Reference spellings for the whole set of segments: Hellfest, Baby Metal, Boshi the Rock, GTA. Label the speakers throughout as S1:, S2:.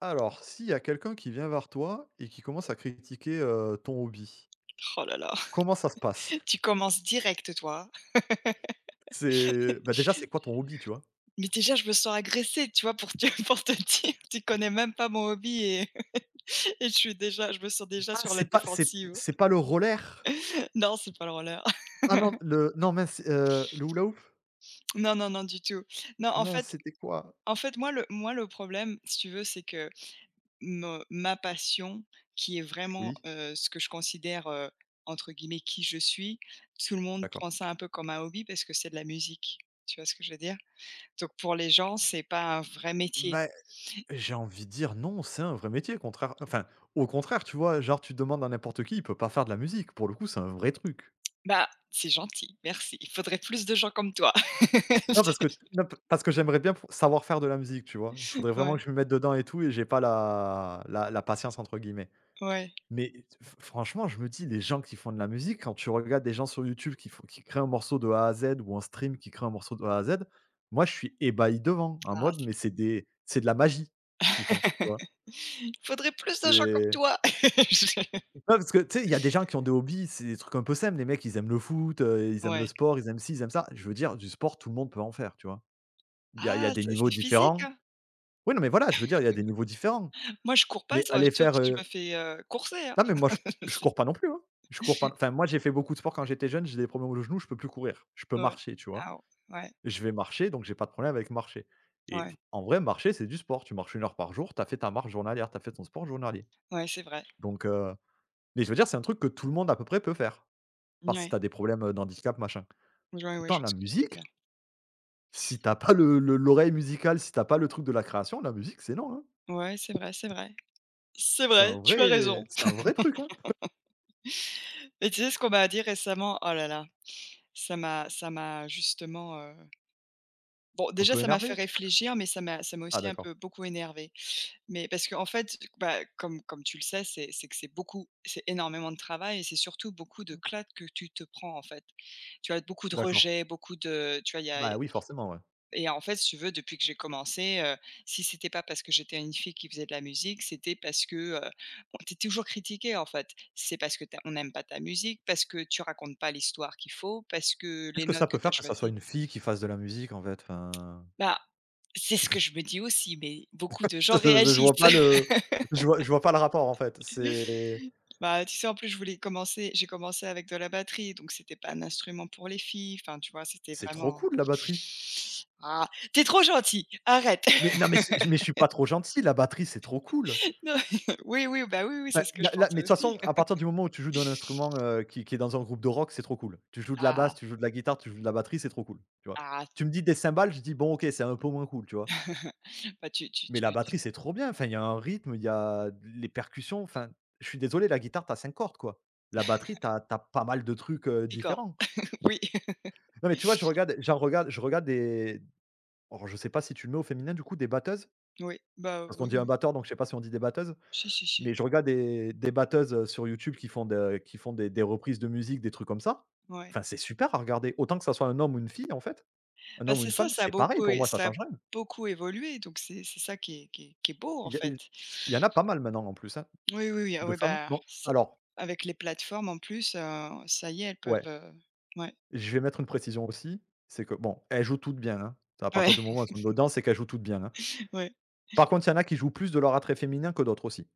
S1: Alors, s'il y a quelqu'un qui vient vers toi et qui commence à critiquer, ton hobby,
S2: Oh là là,
S1: comment ça se passe?
S2: tu commences direct, toi.
S1: C'est déjà, c'est quoi ton hobby, tu vois?
S2: Mais déjà, je me sens agressée, tu vois? Pour te pour te dire, tu connais même pas mon hobby, et et je me sens déjà
S1: Ah,
S2: sur la défensive.
S1: c'est pas le roller?
S2: Non, c'est pas le roller.
S1: Ah non, le non mince, le hula-hoop?
S2: Non, non, non, du tout. Non, en
S1: Mince,
S2: fait
S1: c'était quoi?
S2: en fait, moi le problème, si tu veux, c'est que me ma passion qui est vraiment,
S1: Oui,
S2: ce que je considère, entre guillemets «qui je suis», tout le monde
S1: d'accord.
S2: prend ça un peu comme un hobby parce que c'est de la musique. Tu vois ce que je veux dire? Donc pour les gens, c'est pas un vrai métier.
S1: Bah, j'ai envie de dire non, c'est un vrai métier, au contraire, tu vois? Genre, tu demandes à n'importe qui, il peut pas faire de la musique. Pour le coup, c'est un vrai truc.
S2: Bah, c'est gentil, merci. Il faudrait plus de gens comme toi.
S1: Non,
S2: C'est
S1: parce que non, p parce que j'aimerais bien pou savoir faire de la musique, tu vois? Il faudrait vraiment
S2: Ouais,
S1: que je me mette dedans et tout et j'ai pas la «la patience» entre guillemets.
S2: ouais.
S1: Mais f franchement, je me dis, les gens qui font de la musique, quand tu regardes des gens sur YouTube qui créent un morceau de A à Z ou un stream qui crée un morceau de A à Z, moi, je suis ébahi devant, en
S2: Ah,
S1: mode,
S2: c'est
S1: mais c'est de la magie, ce qu'ils font, tu vois?
S2: il faudrait plus de gens comme
S1: C'est
S2: toi. Je
S1: non, parce que tu sais, il y a des gens qui ont des hobbies, c'est des trucs un peu simples. Les mecs, ils aiment le foot, ils aiment le
S2: Ouais.
S1: sport, ils aiment ci, ils aiment ça. Je veux dire, du sport, tout le monde peut en faire, tu vois? Il y a
S2: Ah,
S1: des
S2: ça, c'est
S1: niveaux
S2: physique,
S1: différents.
S2: hein.
S1: Oui, non, mais voilà, je veux dire, il y a des niveaux différents.
S2: Moi, je cours pas, s
S1: Mais aller
S2: sauf
S1: faire,
S2: si je me fais, courser, hein.
S1: non, mais moi, je cours pas non plus, hein. Je cours pas enfin, moi, j'ai fait beaucoup de sport quand j'étais jeune, j'ai des problèmes au genou, je peux plus courir. Je peux
S2: Ouais.
S1: marcher, tu vois?
S2: Ah ouais,
S1: Je vais marcher, donc j'ai pas de problème avec marcher et
S2: ouais,
S1: en vrai, marcher, c'est du sport. Tu marches une heure par jour, tu as fait ta marche journalière, tu as fait ton sport journalier.
S2: ouais, c'est vrai.
S1: Donc heu mais je veux dire, c'est un truc que tout le monde, à peu près, peut faire, à part si tu
S2: Ouais.
S1: as des problèmes, d'handicap, machin.
S2: Ouais, ouais,
S1: Autant
S2: je vois
S1: la
S2: ce que tu veux dire.
S1: musique, si t'as pas le le l'oreille musicale, si t'as pas le truc de la création, la musique, c'est non, hein.
S2: Ouais, c'est vrai, c'est vrai. C'est vrai, tu as raison.
S1: C'est un vrai truc, hein.
S2: Et tu sais ce qu'on m'a dit récemment? Oh là là, ça m'a justement, bon,
S1: Un
S2: déjà,
S1: peu
S2: ça m'a fait
S1: énervé.
S2: réfléchir, mais ça m'a
S1: Ah
S2: aussi un
S1: d'accord.
S2: peu beaucoup énervée. Mais parce qu'en fait, bah, comme tu le sais, c'est que c'est beaucoup c'est énormément de travail, et c'est surtout beaucoup de clats que tu te prends, en fait. Tu as beaucoup de
S1: D'accord.
S2: rejets, beaucoup de, tu vois, il y a
S1: Bah, oui, forcément, ouais.
S2: et en fait, si tu veux, depuis que j'ai commencé, si c'était pas parce que j'étais une fille qui faisait de la musique, c'était parce que, heu, on tu toujours critiqué, en fait. C'est parce que tu on n'aime pas ta musique, parce que tu racontes pas l'histoire qu'il faut, parce que les
S1: Qu'est-ce que
S2: notes
S1: ça
S2: que
S1: peut
S2: tu as
S1: faire que ça soit
S2: choisies…
S1: une fille qui fasse de la musique, en fait? Enfin
S2: Bah, c'est ce que je me dis aussi, mais beaucoup de gens
S1: Je
S2: réagissent.
S1: vois pas le je vois pas le rapport, en fait.
S2: Bah, tu sais, en plus, je voulais commencer j'ai commencé avec de la batterie, donc c'était pas un instrument pour les filles, enfin, tu vois, c'était
S1: C'est trop
S2: vraiment…
S1: cool la batterie.
S2: «Ah, t'es trop gentil, arrête!»
S1: Mais non, mais c'est mais je suis pas trop gentil, la batterie, c'est trop cool.
S2: Non, oui, oui, bah, oui, oui, c'est
S1: Bah,
S2: ce que
S1: la
S2: je
S1: la
S2: pensais
S1: mais de toute
S2: aussi.
S1: façon, à partir du moment où tu joues d'un instrument, qui qui est dans un groupe de rock, c'est trop cool. Tu joues de la basse,
S2: Ah,
S1: tu joues de la guitare, tu joues de la batterie, c'est trop cool, tu vois?
S2: ah,
S1: Tu me dis des cymbales, je dis: «Bon, OK, c'est un peu moins cool», tu vois?
S2: bah, tu tu
S1: Mais la
S2: tu tu
S1: batterie, c'est trop bien. Enfin, il y a un rythme, il y a les percussions. Enfin, je suis désolé, la guitare, t'as 5 cordes, quoi. La batterie, t'as pas mal de trucs,
S2: picore.
S1: différents.
S2: Oui.
S1: Non, mais tu vois, je regarde des alors je sais pas si tu le mets au féminin, du coup, des batteuses?
S2: Oui, bah,
S1: Parce qu'on
S2: oui,
S1: dit un
S2: oui.
S1: batteur, donc je sais pas si on dit des batteuses?
S2: Si, si, si.
S1: Mais je regarde des batteuses, sur YouTube qui font des reprises de musique, des trucs comme ça.
S2: Ouais.
S1: Enfin, c'est super à regarder. Autant que ça soit un homme ou une fille, en fait, un
S2: Bah,
S1: homme ou
S2: c'est
S1: une
S2: ça,
S1: femme,
S2: ça a
S1: c'est pareil
S2: beaucoup
S1: pour
S2: é
S1: moi, ça
S2: ça a
S1: change rien.
S2: beaucoup évolué, donc c'est ça qui est beau, en
S1: Il y a
S2: fait.
S1: il y en a pas mal maintenant en plus, hein,
S2: Oui, oui, oui, ah,
S1: de
S2: ouais,
S1: femmes.
S2: bah,
S1: Bon,
S2: c'est
S1: alors
S2: avec les plateformes, en plus, ça y est, elles peuvent,
S1: ouais.
S2: ouais,
S1: Je vais mettre une précision aussi, c'est que bon, elles jouent toutes bien, hein. À partir du
S2: ouais,
S1: moment où elles ont une audience, c'est qu'elles jouent toutes bien, hein.
S2: ouais,
S1: Par contre, il y en a qui jouent plus de leur attrait féminin que d'autres aussi.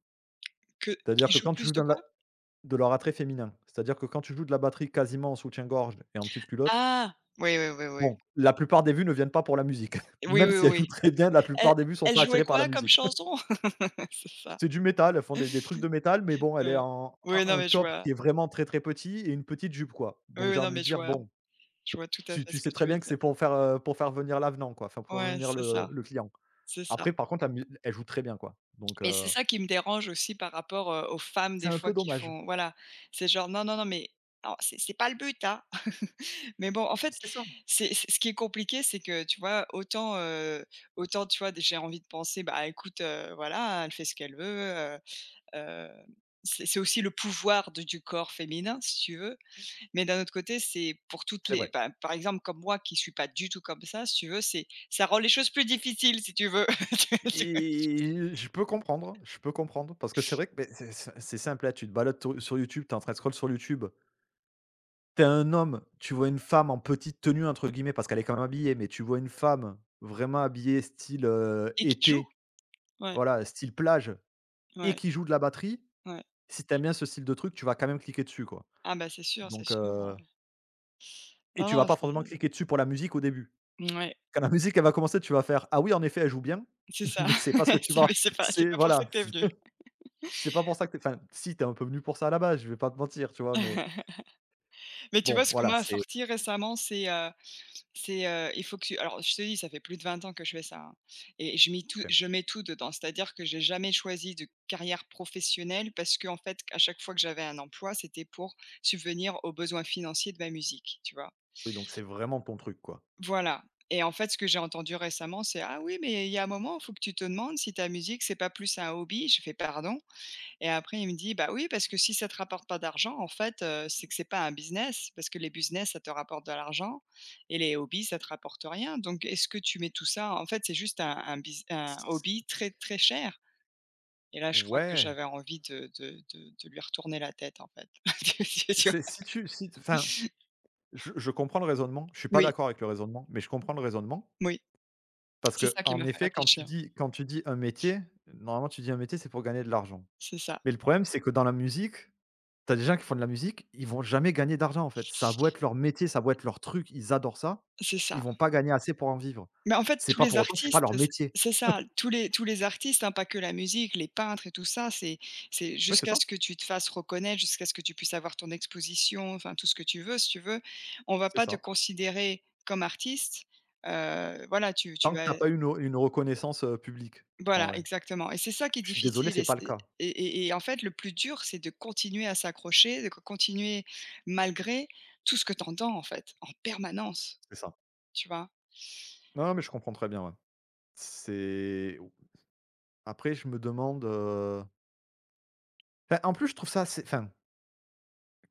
S2: que qui
S1: C'est-à-dire que
S2: jouent
S1: quand tu
S2: plus
S1: joues
S2: de
S1: dans
S2: quoi?
S1: la de leur attrait féminin, c'est-à-dire que quand tu joues de la batterie quasiment en soutien-gorge et en petite culotte,
S2: Ah! Oui, oui, oui, oui.
S1: bon, la plupart des vues ne viennent pas pour la musique.
S2: Oui,
S1: Même
S2: oui,
S1: si elles
S2: oui.
S1: jouent très bien, la
S2: Elle
S1: plupart des vues sont
S2: elle
S1: pas
S2: jouait
S1: attirées par la
S2: quoi comme
S1: musique.
S2: chanson? C'est ça.
S1: C'est du métal, elles font des trucs de métal, mais bon, elle est
S2: Ouais.
S1: en un
S2: Oui, non,
S1: un
S2: mais je
S1: top
S2: vois.
S1: qui est vraiment très, très petit et une petite jupe, quoi.
S2: Oui,
S1: Donc
S2: oui,
S1: j'ai
S2: non,
S1: envie
S2: mais
S1: de dire, bon
S2: je vois tout à fait
S1: Tu
S2: ce que
S1: sais
S2: tu
S1: très
S2: veux
S1: bien que
S2: dire.
S1: c'est pour faire venir l'avenant quoi, enfin pour faire
S2: Ouais,
S1: venir
S2: c'est
S1: le
S2: ça,
S1: le client.
S2: c'est ça.
S1: Après par contre la mu elle joue très bien quoi,
S2: Mais c'est ça qui me dérange aussi par rapport, aux femmes
S1: c'est
S2: des
S1: un
S2: fois
S1: peu
S2: qui
S1: dommage.
S2: font, voilà, c'est genre: «Non, non, non, mais…» alors c'est pas le but, hein, mais bon, en fait,
S1: C'est ça,
S2: c'est ce qui est compliqué, c'est que, tu vois, autant, autant, tu vois, j'ai envie de penser: «Bah, écoute, voilà, elle fait ce qu'elle veut», heu, c'est aussi le pouvoir de du corps féminin, si tu veux, mais d'un autre côté, c'est pour toutes
S1: c'est
S2: les,
S1: vrai
S2: bah, par exemple, comme moi qui suis pas du tout comme ça, si tu veux, c'est ça rend les choses plus difficiles, si tu veux.
S1: et je peux comprendre parce que c'est vrai que beh, c'est simple, là tu te balades tou sur YouTube, t'es en train de scroll sur YouTube, t'es un homme, tu vois une femme en «petite tenue» entre guillemets parce qu'elle est quand même habillée, mais tu vois une femme vraiment habillée style,
S2: Et qui joue.
S1: été,
S2: Ouais,
S1: voilà, style plage et
S2: ouais,
S1: qui joue de la batterie,
S2: ouais.
S1: si t'aimes bien ce style de truc, tu vas quand même cliquer dessus quoi,
S2: Ah bah, c'est sûr, c'est
S1: donc
S2: sûr,
S1: euh,
S2: heu.
S1: et
S2: Non,
S1: tu vas
S2: non,
S1: pas forcément
S2: c'est
S1: cliquer dessus pour la musique au début.
S2: ouais,
S1: Quand la musique elle va commencer, tu vas faire: «Ah oui en effet elle joue bien»,
S2: c'est ça.
S1: mais c'est pas ce que tu
S2: C'est
S1: vas
S2: Mais c'est pas c'est
S1: c'est
S2: pas pour ça
S1: voilà,
S2: que t'es
S1: c'est
S2: venu.
S1: pas pour ça que tu enfin si, t'es un peu venu pour ça à la base, je vais pas te mentir, tu vois? Mais
S2: Mais tu vois,
S1: bon
S2: ce qu'on
S1: voilà,
S2: m'a
S1: c'est
S2: sorti récemment, il faut que tu alors je te dis, ça fait plus de 20 ans que je fais ça, hein, et je mets tout
S1: OK.
S2: je mets tout dedans. C'est-à-dire que j'ai jamais choisi de carrière professionnelle parce qu'en fait, à chaque fois que j'avais un emploi, c'était pour subvenir aux besoins financiers de ma musique, tu vois?
S1: Oui donc c'est vraiment ton truc, quoi.
S2: Voilà. Et en fait, ce que j'ai entendu récemment, c'est: «Ah oui, mais il y a un moment, il faut que tu te demandes si ta musique, c'est pas plus un hobby.» Je fais: «Pardon?» Et après, il me dit: «Bah oui, parce que si ça te rapporte pas d'argent, en fait, c'est que c'est pas un business, parce que les business, ça te rapporte de l'argent, et les hobbies, ça te rapporte rien. Donc est-ce que tu mets tout ça, en fait, c'est juste un
S1: S
S2: hobby très, très cher.» Et là, je crois que
S1: Ouais,
S2: j'avais envie de lui retourner la tête, en fait. Tu vois?
S1: c'est si tu si enfin, je comprends le raisonnement, je suis pas
S2: Oui,
S1: d'accord avec le raisonnement, mais je comprends le raisonnement.
S2: oui,
S1: Parce
S2: c'est
S1: que
S2: ça qui
S1: en
S2: m'a fait
S1: effet,
S2: réfléchir.
S1: quand tu dis un métier, normalement, tu dis un métier, c'est pour gagner de l'argent.
S2: C'est ça,
S1: Mais le problème, c'est que dans la musique, tu as des gens qui font de la musique, ils vont jamais gagner d'argent, en fait. Ça a beau être leur métier, ça a beau être leur truc, ils adorent ça,
S2: c'est
S1: ils
S2: ça.
S1: vont pas gagner assez pour en vivre.
S2: Mais en fait,
S1: C'est
S2: tous
S1: pas
S2: les
S1: pour autant que c'est pas
S2: artistes,
S1: leur métier.
S2: c'est ça, tous les artistes, hein, pas que la musique, les peintres et tout ça, c'est
S1: Oui, c'est
S2: jusqu'à
S1: ça.
S2: ce que tu te fasses reconnaître, jusqu'à ce que tu puisses avoir ton exposition, enfin tout ce que tu veux, si tu veux, on va
S1: C'est
S2: pas te
S1: ça.
S2: considérer comme artiste. Voilà,
S1: Tant que t'as pas une reconnaissance, publique, en vrai.
S2: exactement, et c'est ça qui est
S1: Je suis désolé,
S2: difficile,
S1: c'est
S2: et
S1: pas le
S2: c'est
S1: cas.
S2: et en fait, le plus dur, c'est de continuer à s'accrocher, de co continuer malgré tout ce que tu entends, en fait, en permanence,
S1: C'est ça.
S2: tu vois?
S1: Non, mais je comprends très bien, ouais. C'est après je me demande, bah, en plus, je trouve ça assez enfin,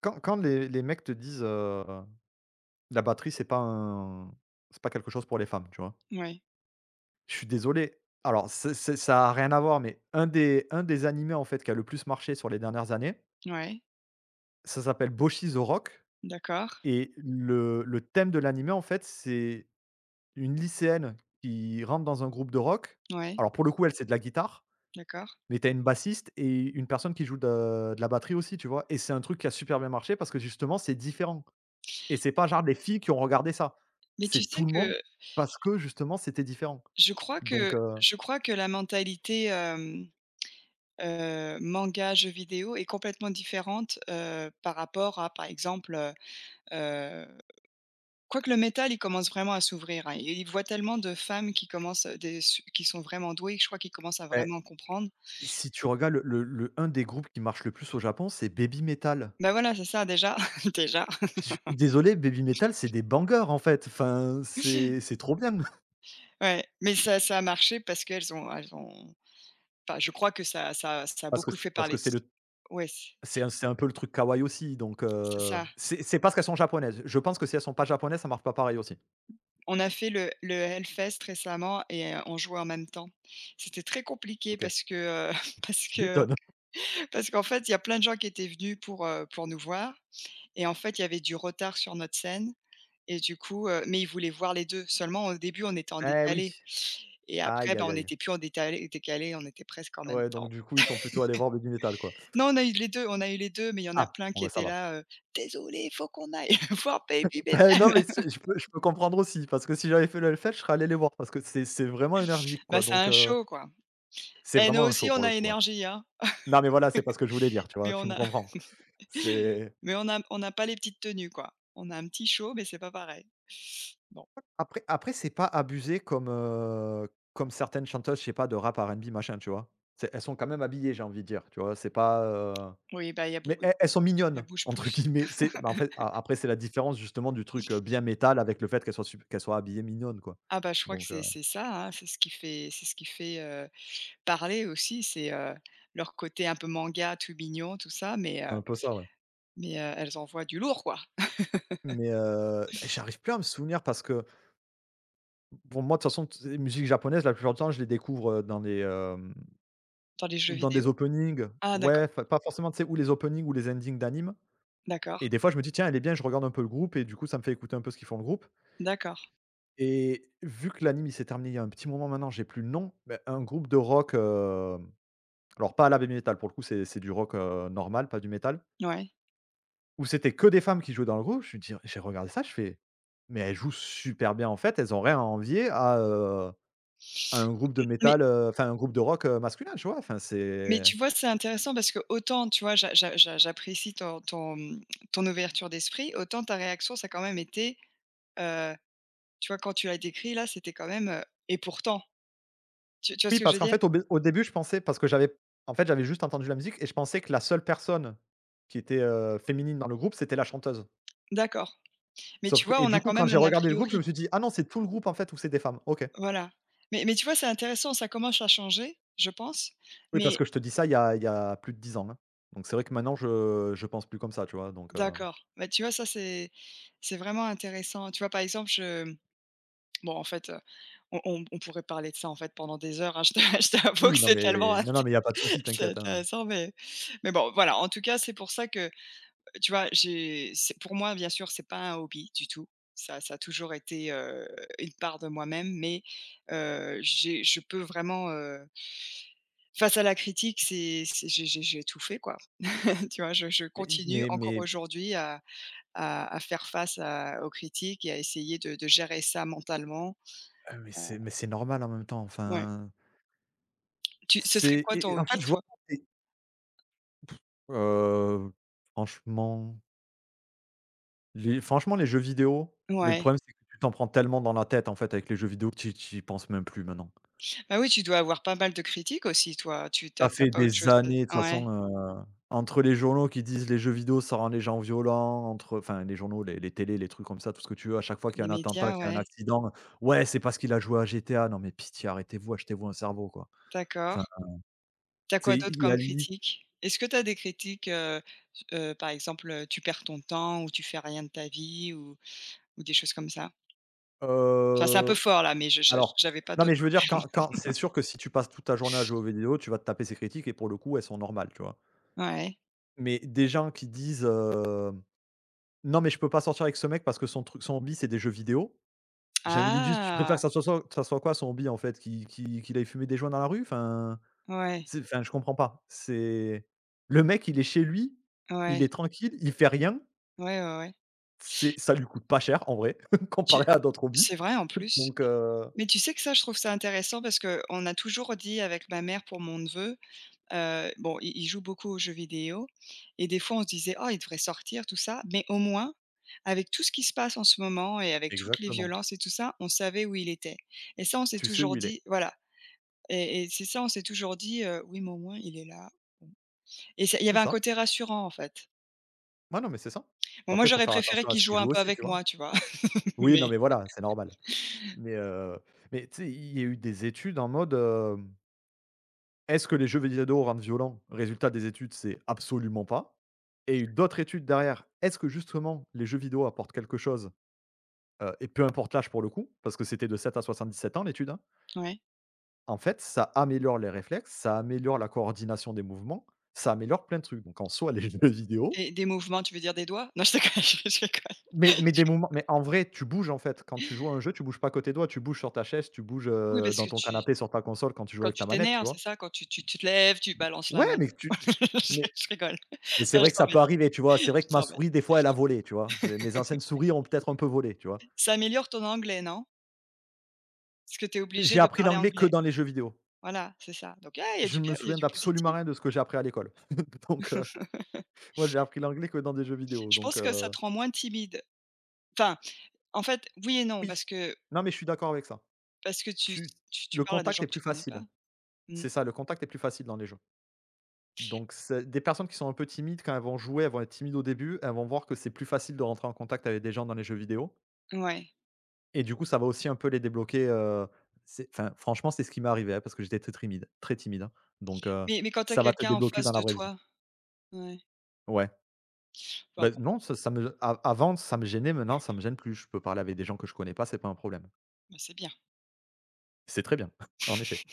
S1: quand les mecs te disent, la batterie, c'est pas un c'est pas quelque chose pour les femmes, tu vois?
S2: Ouais,
S1: Je suis désolé. Alors c'est ça a rien à voir, mais un des animés, en fait, qui a le plus marché sur les dernières années,
S2: ouais,
S1: ça s'appelle Boshi the Rock
S2: d'accord,
S1: et le thème de l'animé, en fait, c'est une lycéenne qui rentre dans un groupe de rock.
S2: ouais.
S1: Alors pour le coup, elle, c'est de la guitare,
S2: D'accord.
S1: mais t'as une bassiste et une personne qui joue de la batterie aussi, tu vois? Et c'est un truc qui a super bien marché parce que justement, c'est différent et c'est pas genre des filles qui ont regardé ça.
S2: Mais tu
S1: C'est
S2: sais
S1: tout le monde
S2: que
S1: parce que justement, c'était différent.
S2: je crois
S1: Donc
S2: que
S1: heu,
S2: je crois que la mentalité, manga, jeux vidéo est complètement différente, par rapport à, par exemple, quoique le métal, il commence vraiment à s'ouvrir, hein. Il voit tellement de femmes qui commencent, des su qui sont vraiment douées, que je crois qu'ils commencent à
S1: beh,
S2: vraiment comprendre.
S1: si tu regardes le un des groupes qui marche le plus au Japon, c'est Baby Metal.
S2: Ben voilà, c'est ça, déjà, déjà,
S1: Je suis désolé, Baby Metal, c'est des bangers, en fait. Enfin, c'est trop bien.
S2: ouais. Mais ça a marché parce qu'elles ont enfin, je crois que ça a beaucoup fait
S1: Parce que
S2: parler de,
S1: c'est le
S2: ouais,
S1: c'est un peu le truc kawaii aussi,
S2: c'est ça.
S1: c'est parce qu'elles sont japonaises. Je pense que si elles sont pas japonaises, ça marche pas pareil aussi.
S2: On a fait le Hellfest récemment, et on jouait en même temps. C'était très compliqué
S1: OK.
S2: parce que, parce
S1: Tu
S2: que
S1: m'étonnes.
S2: parce qu'en fait, il y a plein de gens qui étaient venus pour, nous voir, et en fait, il y avait du retard sur notre scène, et du coup, mais ils voulaient voir les 2. Seulement au début, on était en
S1: Eh oui.
S2: décalé, et après,
S1: Aïe,
S2: ben,
S1: aïe,
S2: on
S1: aïe.
S2: n'était plus en détalé décalé, on était presque en même
S1: Ouais, donc
S2: temps.
S1: du coup, ils sont plutôt allés voir Baby Metal, quoi.
S2: Non, on a eu les 2 on a eu les deux, mais il y en a
S1: Ah,
S2: plein
S1: bon,
S2: qui
S1: bah, ça
S2: étaient
S1: va.
S2: là, «Désolé, faut qu'on aille voir Baby
S1: Bah, non,
S2: Metal.»
S1: mais c'est je peux comprendre aussi parce que si j'avais fait le Hellfest, je serais allé les voir parce que c'est vraiment énergique,
S2: Bah,
S1: quoi,
S2: c'est un show, quoi.
S1: c'est
S2: Et nous
S1: vraiment un
S2: aussi,
S1: show
S2: on
S1: pour le
S2: a
S1: coup, ouais.
S2: énergie, hein,
S1: Non, mais voilà, c'est pas ce que je voulais dire, tu vois?
S2: mais
S1: Tu
S2: on
S1: me
S2: a…
S1: comprends. C'est
S2: Mais on n'a pas les petites tenues, quoi. On a un petit show, mais c'est pas pareil. Bon,
S1: après après c'est pas abusé comme, comme certaines chanteuses, je sais pas, de rap R&B machin, tu vois? C'est elles sont quand même habillées, j'ai envie de dire, tu vois? C'est pas,
S2: oui, bah, il y a
S1: mais
S2: beaucoup,
S1: elles sont
S2: ça
S1: «mignonnes»
S2: bouge
S1: entre
S2: plus.
S1: guillemets. C'est en fait, a après c'est la différence justement du truc, bien métal avec le fait qu'elles soient sup qu'elles soient habillées mignonnes, quoi.
S2: Ah bah, je crois que
S1: Donc,
S2: c'est ça, hein, c'est ce qui fait, parler aussi, leur côté un peu manga, tout mignon, tout ça, mais,
S1: c'est
S2: heu
S1: un peu ça, ouais.
S2: mais, heu, elles envoient du lourd, quoi,
S1: Mais, j'arrive plus à me souvenir parce que, bon, moi de toute façon, tu sais, musique japonaise, la plupart du temps, je les découvre, dans les,
S2: dans les jeux
S1: ou dans des
S2: vidéo.
S1: openings,
S2: Ah d'accord,
S1: ouais, enfin, pas forcément, tu sais, ou les openings ou les endings d'animes. Et
S2: d'accord,
S1: des fois je me dis: «Tiens, elle est bien», je regarde un peu le groupe et du coup ça me fait écouter un peu ce qu'ils font le groupe,
S2: d'accord,
S1: et vu que l'anime il s'est terminé il y a un petit moment maintenant, j'ai plus le nom, mais un groupe de rock, hem, alors pas à la heavy metal pour le coup, c'est du rock, normal, pas du métal,
S2: ouais.
S1: où c'était que des femmes qui jouaient dans le groupe, je me dis, j'ai regardé ça, je fais: «Mais elles jouent super bien en fait, elles ont rien à envier à un groupe de
S2: Mais
S1: métal, enfin un groupe de rock, masculin», tu vois? Enfin
S2: mais
S1: c'est...
S2: tu vois, c'est intéressant parce que autant, tu vois, j'apprécie ton ouverture d'esprit, autant ta réaction, ça a quand même été, euh, tu vois, quand tu l'as décrit là, c'était quand même, et pourtant, tu vois ce
S1: Oui,
S2: que je
S1: parce
S2: veux
S1: qu'en
S2: dire?
S1: fait, au début, je pensais parce que j'avais... en fait, j'avais juste entendu la musique et je pensais que la seule personne qui était, féminine dans le groupe, c'était la chanteuse.
S2: D'accord, mais
S1: Sauf
S2: tu
S1: que...
S2: vois,
S1: et
S2: on
S1: du
S2: a
S1: coup,
S2: quand
S1: quand
S2: même
S1: j'ai
S2: un a
S1: regardé le groupe, je me
S2: priori.
S1: suis dit: «Ah non, c'est tout le groupe en fait où c'est des femmes, OK».
S2: Voilà, mais tu vois, c'est intéressant, ça commence à changer, je pense,
S1: Oui, parce
S2: mais
S1: que je te dis ça il y a plus de 10 ans, hein. Donc c'est vrai que maintenant je pense plus comme ça, tu vois? Donc
S2: d'accord, bah, tu vois, ça, c'est vraiment intéressant. Tu vois, par exemple, je bon, en fait, on pourrait parler de ça, en fait, pendant des heures, hein. Je t'avoue
S1: oui,
S2: que
S1: non
S2: c'est tellement
S1: mais non, non, mais il y a pas de souci,
S2: c'est
S1: t'inquiète, hein.
S2: intéressant, mais bon, voilà, en tout cas, c'est pour ça que… Tu vois, j'ai c'est pour moi, bien sûr, c'est pas un hobby du tout. Ça a toujours été, une part de moi-même, mais j'ai je peux vraiment, face à la critique, c'est j'ai tout fait, quoi. Tu vois, je
S1: Mais
S2: continue
S1: mais
S2: encore
S1: mais
S2: aujourd'hui à faire face à aux critiques et à essayer de gérer ça mentalement. Heu,
S1: mais c'est normal en même temps,
S2: ouais.
S1: enfin,
S2: Tu Ce serait
S1: c'est...
S2: quoi ton
S1: en fait,
S2: hobby,
S1: je vois,
S2: toi?
S1: heu, franchement... les franchement, les jeux vidéo, mais le
S2: Ouais.
S1: problème, c'est que tu t'en prends tellement dans la tête, en fait, avec les jeux vidéo que tu y penses même plus maintenant.
S2: Bah, oui, tu dois avoir pas mal de critiques aussi, toi? Tu as
S1: Ça
S2: pas
S1: fait
S2: autre
S1: des
S2: chose?
S1: années, de toute
S2: Ouais,
S1: façon, entre les journaux qui disent: «Les jeux vidéo, ça rend les gens violents», entre... enfin, les journaux, les télés, les trucs comme ça, tout ce que tu veux, à chaque fois qu'il y
S2: les
S1: a un attentat,
S2: médias,
S1: qu'il y a un
S2: ouais,
S1: accident, «Ouais, c'est parce qu'il a joué à GTA». Non, mais pitié, arrêtez-vous, achetez-vous un cerveau, quoi. Enfin,
S2: d'accord. T'as quoi
S1: c'est...
S2: d'autre
S1: il y a
S2: comme
S1: lit...
S2: critique? Est-ce que t'as des critiques, par exemple, tu perds ton temps, ou tu fais rien de ta vie, ou des choses comme ça? Enfin, c'est un peu
S1: heu,
S2: fort là, mais je
S1: alors,
S2: j'avais pas
S1: non,
S2: d'autres
S1: mais je veux dire,
S2: termes.
S1: quand c'est sûr que si tu passes toute ta journée à jouer aux vidéos, tu vas te taper ces critiques et pour le coup, elles sont normales, tu vois?
S2: Ouais.
S1: Mais des gens qui disent, «Non, mais je peux pas sortir avec ce mec parce que son hobby, c'est des jeux vidéo». J'ai envie de lui dire: «Tu préfères
S2: Ah!
S1: que ça soit soit que ça soit quoi son hobby en fait? Qu'il aille fumer des joints dans la rue? Enfin,
S2: Ouais,
S1: c'est... enfin, je comprends pas». C'est... le mec, il est chez lui, il
S2: ouais,
S1: est tranquille, il fait rien.
S2: ouais, ouais, ouais.
S1: C'est... ça lui coûte pas cher en vrai,
S2: Tu
S1: comparé à d'autres hobbies.
S2: C'est vrai en plus.
S1: Donc heu...
S2: Mais tu sais que ça, je trouve ça intéressant parce que on a toujours dit avec ma mère pour mon neveu. Bon, il joue beaucoup aux jeux vidéo, et des fois on se disait: «Oh, il devrait sortir tout ça», mais au moins, avec tout ce qui se passe en ce moment et avec toutes les
S1: exactement.
S2: violences et tout ça, on savait où il était, et ça, on s'est
S1: Tu sais
S2: toujours
S1: où il
S2: dit,
S1: est.
S2: voilà, et c'est ça, on s'est toujours dit, «Oui, mais au moins il est là», et ça, il y
S1: C'est
S2: avait un
S1: ça.
S2: côté rassurant, en fait.
S1: Ouais, non, mais c'est ça.
S2: Bon, moi,
S1: Après, il faut
S2: j'aurais
S1: faire
S2: préféré
S1: attention à
S2: qu'il
S1: ce qu'il
S2: joue un
S1: joue
S2: peu
S1: aussi,
S2: avec
S1: tu vois?
S2: moi, tu vois?
S1: Oui, non,
S2: Mais
S1: mais voilà, c'est normal. Mais, heu, mais tu sais, il y a eu des études en mode, hem, est-ce que les jeux vidéo rendent violents? Résultat des études, c'est absolument pas. Et il y a eu d'autres études derrière. Est-ce que justement les jeux vidéo apportent quelque chose? Et peu importe l'âge pour le coup, parce que c'était de 7 à 77 ans l'étude, hein.
S2: Ouais.
S1: En fait, ça améliore les réflexes, ça améliore la coordination des mouvements, ça améliore plein de trucs. Donc en soi, les jeux vidéo...
S2: Des mouvements, tu veux dire des doigts? Non, je te je déconne.
S1: des mouvements, mais en vrai, tu bouges en fait. Quand tu joues à un jeu, tu bouges pas à côté tes doigts, tu bouges sur ta chaise, tu bouges,
S2: Oui, parce
S1: dans
S2: que
S1: ton
S2: tu
S1: canapé, sur ta console, quand tu joues
S2: quand
S1: avec ta
S2: tu
S1: manette, tu
S2: t'énerves, c'est
S1: vois?
S2: ça? Quand tu te lèves, tu balances la
S1: Ouais,
S2: main. Je
S1: mais
S2: je rigole.
S1: c'est
S2: Non, je
S1: vrai que ça peut
S2: t'embête,
S1: arriver, tu vois?
S2: je
S1: C'est vrai que ma
S2: t'embête.
S1: souris, des fois, elle a volé, tu vois? C'est mes anciennes souris ont peut-être un peu volé, tu vois?
S2: Ça améliore ton anglais, non? Parce que tu es obligé
S1: J'ai
S2: de
S1: appris
S2: parler
S1: l'anglais que
S2: anglais.
S1: dans les jeux vidéo.
S2: Voilà, c'est ça. Donc ah, il y a
S1: Je
S2: du
S1: ne
S2: bien,
S1: me
S2: il y a
S1: souviens
S2: du
S1: d'absolument
S2: positif.
S1: rien de ce que j'ai appris à l'école. Donc moi, j'ai appris l'anglais que dans des jeux vidéo,
S2: Je
S1: donc
S2: pense que ça te rend moins timide. Enfin, en fait, oui et non,
S1: oui.
S2: parce que
S1: Non, mais je suis d'accord avec ça.
S2: parce que tu
S1: Tu...
S2: tu
S1: le
S2: parles à des
S1: contact
S2: gens
S1: est
S2: que
S1: plus
S2: tu connais pas.
S1: facile.
S2: Mmh,
S1: C'est ça, le contact est plus facile dans les jeux. Donc c'est des personnes qui sont un peu timides, quand elles vont jouer, elles vont être timides au début, elles vont voir que c'est plus facile de rentrer en contact avec des gens dans les jeux vidéo.
S2: ouais.
S1: Et du coup, ça va aussi un peu les débloquer, c'est... enfin, franchement, c'est ce qui m'est arrivé, hein, parce que j'étais très timide, hein, donc
S2: Mais quand tu as
S1: ça va te
S2: quelqu'un en
S1: débloquer
S2: face
S1: dans la
S2: de
S1: vraie vie.
S2: toi, ouais.
S1: Ouais,
S2: Enfin
S1: bah,
S2: bon,
S1: non, ça me a avant, ça me gênait, maintenant, ça me gêne plus. Je peux parler avec des gens que je connais pas, c'est pas un problème.
S2: bah, c'est bien.
S1: C'est très bien, en effet.